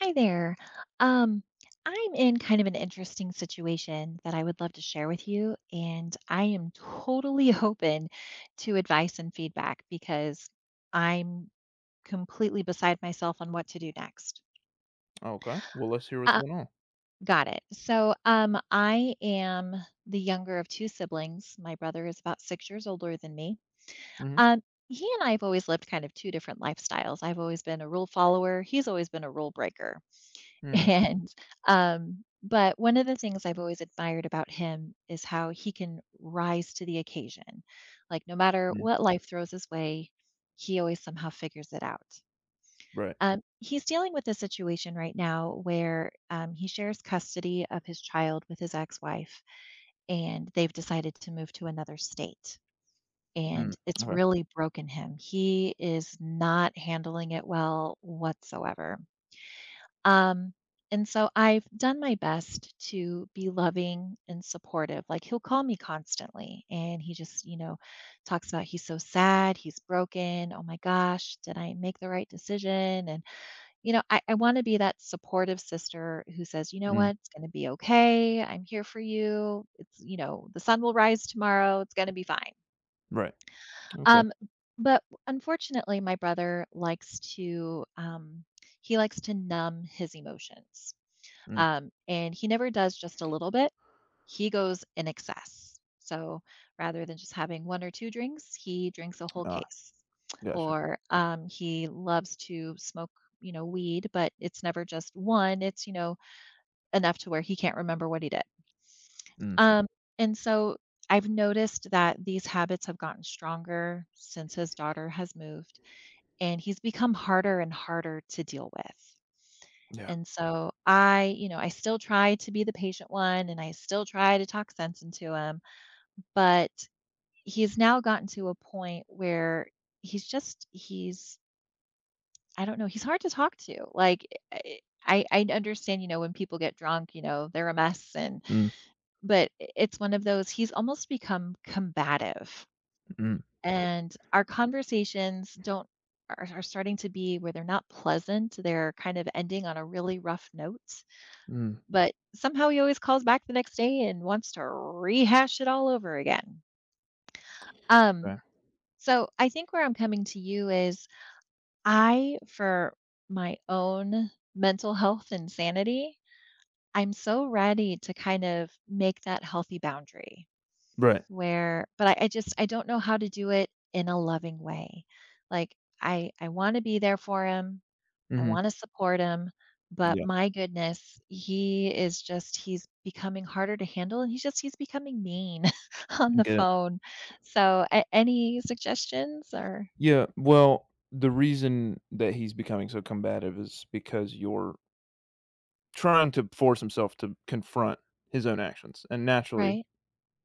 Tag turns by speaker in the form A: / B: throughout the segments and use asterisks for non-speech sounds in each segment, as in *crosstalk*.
A: Hi there. Um, I'm in kind of an interesting situation that I would love to share with you, and I am totally *laughs* open to advice and feedback because I'm completely beside myself on what to do next.
B: Okay, well, let's hear what's
A: Uh,
B: going on.
A: got it. So, I am the younger of two siblings. My brother is about 6 years older than me.
B: Mhm.
A: Um, he and I have always lived kind of two different lifestyles. I've always been a rule follower. He's always been a rule breaker.
B: Mm.
A: And but one of the things I've always admired about him is how he can rise to the occasion. Like no matter
B: Mm.
A: what life throws his way, he always somehow figures it out.
B: Right.
A: He's dealing with a situation right now where he shares custody of his child with his ex wife, and they've decided to move to another state.
B: Mm.
A: And it's
B: Okay.
A: really broken him. He is not handling it well whatsoever. um, and so I've done my best to be loving and supportive. Like he'll call me constantly and he just, talks about he's so sad, he's broken. Oh my gosh, did I make the right decision? And, I want to be that supportive sister who says, you know
B: Mm.
A: what, it's going to be okay. I'm here for you. It's, the sun will rise tomorrow. It's going to be fine.
B: Right. Oh, cool.
A: Um, but unfortunately, my brother likes to numb his emotions,
B: Mm.
A: and he never does just a little bit. He goes in excess. So rather than just having one or two drinks, he drinks a whole
B: Ah,
A: case.
B: gotcha.
A: Or he loves to smoke, weed, but it's never just one. It's, enough to where he can't remember what he did.
B: Mm.
A: Um, and so I've noticed that these habits have gotten stronger since his daughter has moved, and he's become harder and harder to deal with.
B: Yeah.
A: And so I, I still try to be the patient one and I still try to talk sense into him, but he's now gotten to a point where he's just he's I don't know, he's hard to talk to. Like I understand, when people get drunk, they're a mess and
B: Mm.
A: but it's one of those he's almost become combative.
B: Mm.
A: And our conversations don't are starting to be where they're not pleasant. They're kind of ending on a really rough note,
B: Mm.
A: but somehow he always calls back the next day and wants to rehash it all over again. Um,
B: Okay.
A: so I think where I'm coming to you is for my own mental health and sanity, I'm so ready to kind of make that healthy boundary
B: Right.
A: but I just, I don't know how to do it in a loving way. Like I want to be there for him. I
B: Mhm.
A: wanna support him, but
B: Yeah,
A: my goodness, he is just he's becoming harder to handle, and he's just he's becoming mean *laughs* on
B: I
A: the
B: get it.
A: phone. So, a any suggestions or
B: Yeah, well, the reason that he's becoming so combative is because you're trying to force himself to confront his own actions, and naturally.
A: Right.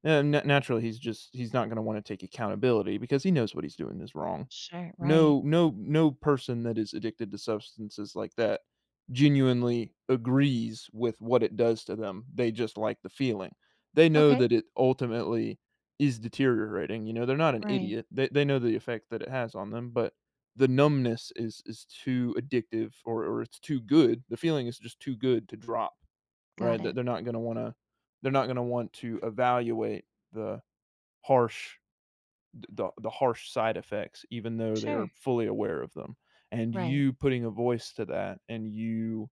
B: Yeah, na naturally, he's not gonna wanna take accountability because he knows what he's doing is wrong.
A: Sure, right.
B: No person that is addicted to substances like that genuinely agrees with what it does to them, they just like the feeling. They know
A: Okay.
B: that it ultimately is deteriorating, you know, they're not an
A: Right.
B: idiot, they know the effect that it has on them, but the numbness is too addictive or it's too good, the feeling is just too good to drop,
A: Got
B: right? That
A: it.
B: they're not gonna want to evaluate the harsh the harsh side effects even though they're
A: Sure.
B: fully aware of them, and
A: Right.
B: you putting a voice to that and you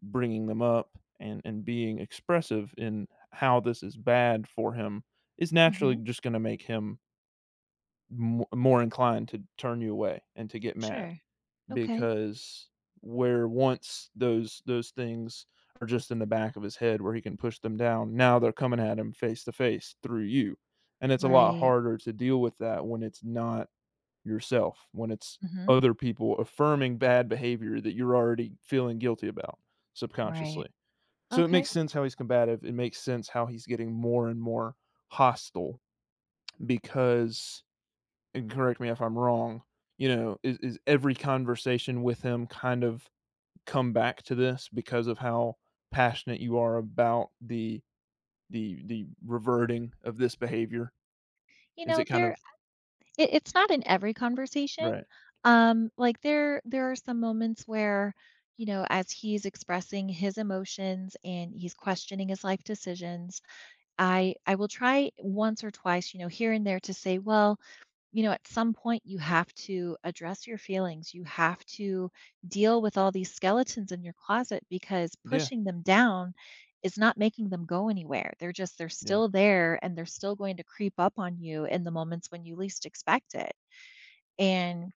B: bringing them up and being expressive in how this is bad for him is naturally
A: Mhm.
B: just gonna make him mo more inclined to turn you away and to get mad
A: Sure. Okay.
B: because where once those things are just in the back of his head where he can push them down, now they're coming at him face to face through you. And it's a lot
A: Right.
B: harder to deal with that when it's not yourself, when it's
A: Mhm.
B: other people affirming bad behavior that you're already feeling guilty about
A: Right.
B: subconsciously. So it
A: Okay.
B: makes sense how he's combative. It makes sense how he's getting more and more hostile because, and correct me if I'm wrong, you know, is every conversation with him kind of come back to this because of how passionate you are about the reverting of this behavior?
A: You
B: Is it
A: know,
B: kind
A: there
B: of.
A: It's not in every conversation.
B: Right.
A: Like, there are some moments where, as he's expressing his emotions and he's questioning his life decisions, I will try once or twice, here and there to say, "Well, at some point, you have to address your feelings. You have to deal with all these skeletons in your closet because
B: Yeah,
A: pushing them down is not making them go anywhere. They're just they're
B: yeah.
A: still there, and they're still going to creep up on you in the moments when you least expect it." And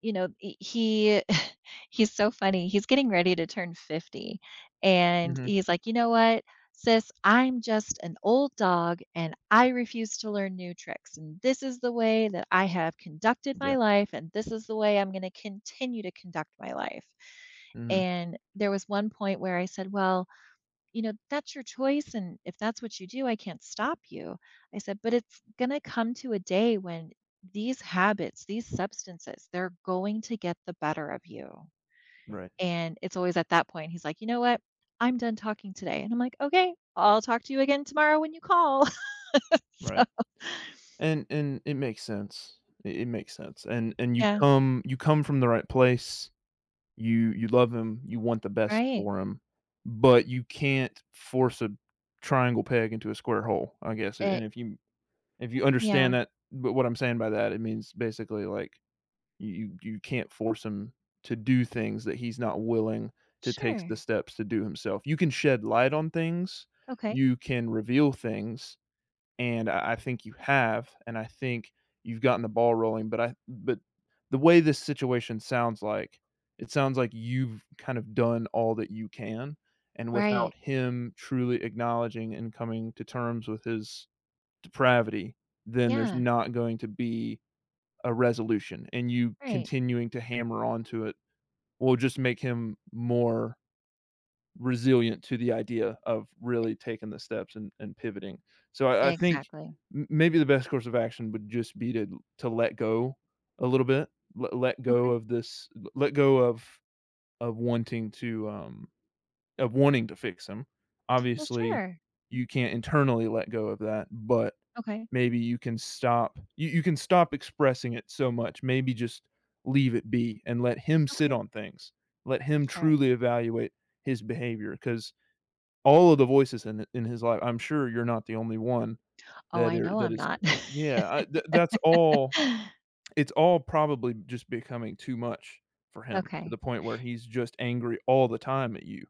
A: you know *laughs* he's so funny. He's getting ready to turn 50, and
B: Mhm.
A: he's like, you know what, sis, I'm just an old dog and I refuse to learn new tricks, and this is the way that I have conducted my
B: Yeah.
A: life, and this is the way I'm going to continue to conduct my life.
B: Mhm.
A: And there was one point where I said, well, that's your choice. And if that's what you do, I can't stop you. I said, but it's going to come to a day when these habits, these substances, they're going to get the better of you.
B: Right,
A: And it's always at that point, he's like, you know what? I'm done talking today. And I'm like, okay, I'll talk to you again tomorrow when you call. *laughs* So,
B: right. And it makes sense. It makes sense. And
A: yeah,
B: you come from the right place. You love him, you want the best
A: right.
B: for him, but you can't force a triangle peg into a square hole, I guess. And
A: It,
B: if you understand
A: yeah,
B: that but what I'm saying by that, it means basically like you can't force him to do things that he's not willing to take the
A: sure.
B: steps to do himself. You can shed light on things,
A: Okay.
B: you can reveal things, and I think you have, and I think you've gotten the ball rolling, but the way this situation sounds like, it sounds like you've kind of done all that you can, and without
A: Right.
B: him truly acknowledging and coming to terms with his depravity, then there's
A: Yeah,
B: not going to be a resolution and you
A: right.
B: continuing to hammer onto it will just make him more resilient to the idea of
A: E-
B: really taking the steps and pivoting. So I think
A: Exactly.
B: maybe the best course of action would just be to let go a little bit, let go
A: Okay.
B: of this, let go of wanting to fix him.
A: Well,
B: Obviously,
A: sure.
B: you can't internally let go of that, but
A: Okay.
B: maybe you can stop expressing it so much. Maybe just leave it be and let him sit
A: Okay.
B: on things. Let him
A: Sure.
B: truly evaluate his behavior because all of the voices in his life, I'm sure you're not the only one
A: Oh,
B: that
A: I
B: are
A: know
B: that
A: I'm
B: is
A: not.
B: yeah,
A: *laughs*
B: that's all it's all probably just becoming too much for him to the
A: Okay.
B: point where he's just angry all the time at you,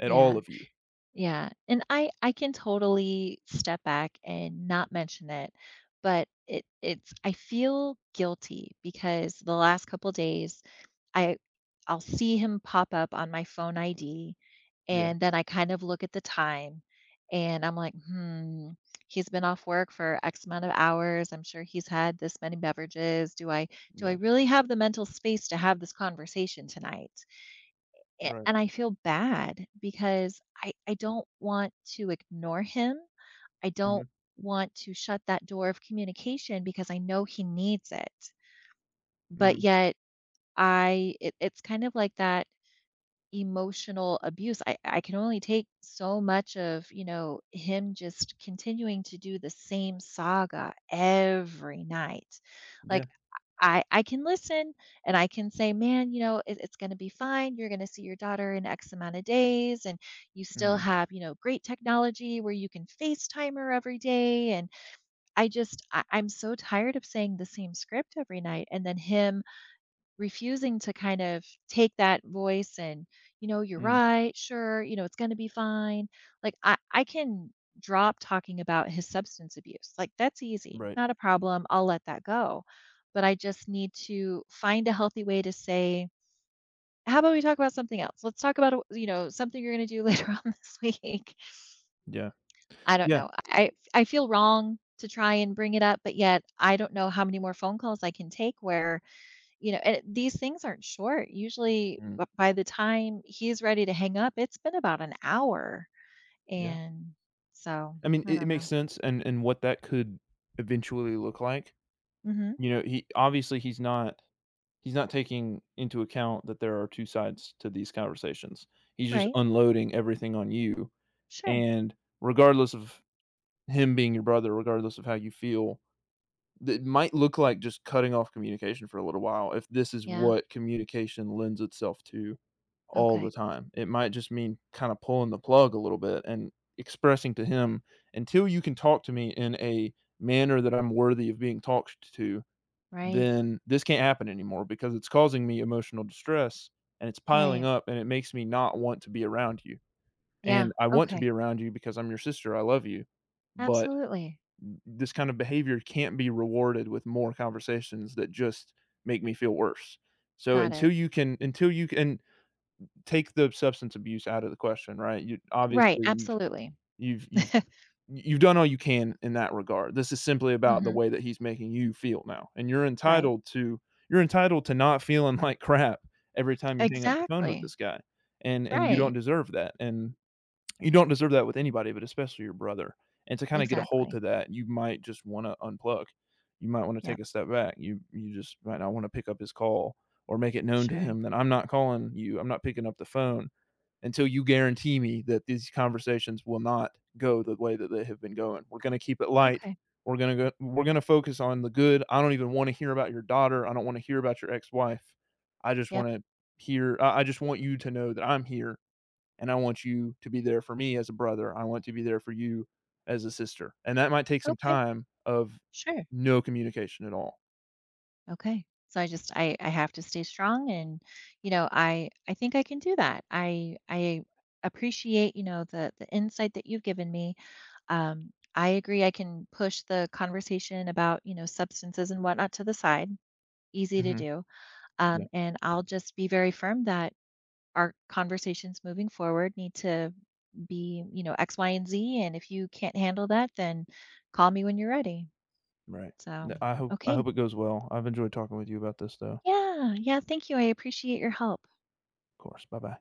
B: at all
A: Yeah.
B: of you.
A: Yeah. And I can totally step back and not mention it, but it it's I feel guilty because the last couple days I I'll see him pop up on my phone ID,
B: Yeah.
A: and then I kind of look at the time and I'm like, "Hmm, he's been off work for X amount of hours. I'm sure he's had this many beverages. Do I
B: Yeah,
A: really have the mental space to have this conversation tonight?" a-
B: right.
A: and I feel bad because I don't want to ignore him. I don't
B: Mhm,
A: want to shut that door of communication because I know he needs it. But
B: mhm.
A: yet, it's kind of like that emotional abuse. I can only take so much of, him just continuing to do the same saga every night. Like
B: Yeah,
A: I can listen and I can say, "Man, it's going to be fine. You're going to see your daughter in X amount of days, and you still
B: mhm,
A: have, great technology where you can FaceTime her every day." And I'm so tired of saying the same script every night, and then him refusing to kind of take that voice, and you know you're
B: mm,
A: right, sure, you know it's going to be fine. Like I can drop talking about his substance abuse. Like that's easy,
B: right.
A: not a problem, I'll let that go. But I just need to find a healthy way to say, how about we talk about something else. Let's talk about something you're going to do *laughs* later on this week.
B: Yeah,
A: I don't
B: yeah,
A: know, I feel wrong to try and bring it up, but yet I don't know how many more phone calls I can take where, you know, and these things aren't short. Usually,
B: mm,
A: by the time he's ready to hang up, it's been about an hour.
B: yeah.
A: And so,
B: I mean,
A: I
B: it
A: don't
B: makes
A: know.
B: sense and what that could eventually look like.
A: Hmm.
B: You know, he obviously, he's not taking into account that there are 2 sides to these conversations. He's just
A: Right.
B: unloading everything on you,
A: Sure.
B: and regardless of him being your brother, regardless of how you feel, it might look like just cutting off communication for a little while if this is
A: Yeah.
B: what communication lends itself to all the
A: Okay.
B: time. It might just mean kind of pulling the plug a little bit and expressing to him, "Until you can talk to me in a manner that I'm worthy of being talked to,
A: Right.
B: then this can't happen anymore because it's causing me emotional distress and it's piling
A: Right.
B: up and it makes me not want to be around you.
A: Yeah.
B: And I want to
A: Okay.
B: be around you because I'm your sister. I love you. But
A: Absolutely.
B: this kind of behavior can't be rewarded with more conversations that just make me feel worse. So
A: Got
B: until
A: it.
B: you can until you can take the substance abuse out of the question, right? You
A: Right.
B: obviously
A: Absolutely.
B: you've you've
A: *laughs*
B: you've done all you can in that regard. This is simply about the
A: Hmm.
B: way that he's making you feel now. And you're
A: Right.
B: entitled to you're entitled to not feeling *laughs* like crap every time you hang up the phone with
A: Exactly.
B: this guy. And you
A: Right.
B: don't deserve that. And you don't deserve that with anybody, but especially your brother, and to kinda get a hold
A: Exactly.
B: to that, you might just wanna unplug. You might wanna take
A: Yep.
B: a step back. You just might not wanna pick up his call or make it known to
A: Sure.
B: him that, "I'm not calling you, I'm not picking up the phone until you guarantee me that these conversations will not go the way that they have been going. We're gonna keep it light.
A: Okay.
B: We're gonna focus on the good. I don't even wanna hear about your daughter. I don't wanna hear about your ex-wife. I just
A: Yep.
B: wanna hear I just want you to know that I'm here and I want you to be there for me as a brother. I want to be there for you as a sister. And that might take some
A: Okay.
B: time of
A: Sure.
B: no communication at all.
A: Okay. So I just I have to stay strong, and I think I can do that. I appreciate, the insight that you've given me. I agree I can push the conversation about, substances and whatnot to the side. Easy to
B: Mhm.
A: do.
B: Yeah,
A: And I'll just be very firm that our conversations moving forward need to be, X, Y, and Z. And if you can't handle that, then call me when you're ready.
B: right. No,
A: So
B: I hope I
A: okay.
B: hope it goes well. I've enjoyed talking with you about this though.
A: Yeah, yeah, thank you. I appreciate your help.
B: Of course. Bye-bye.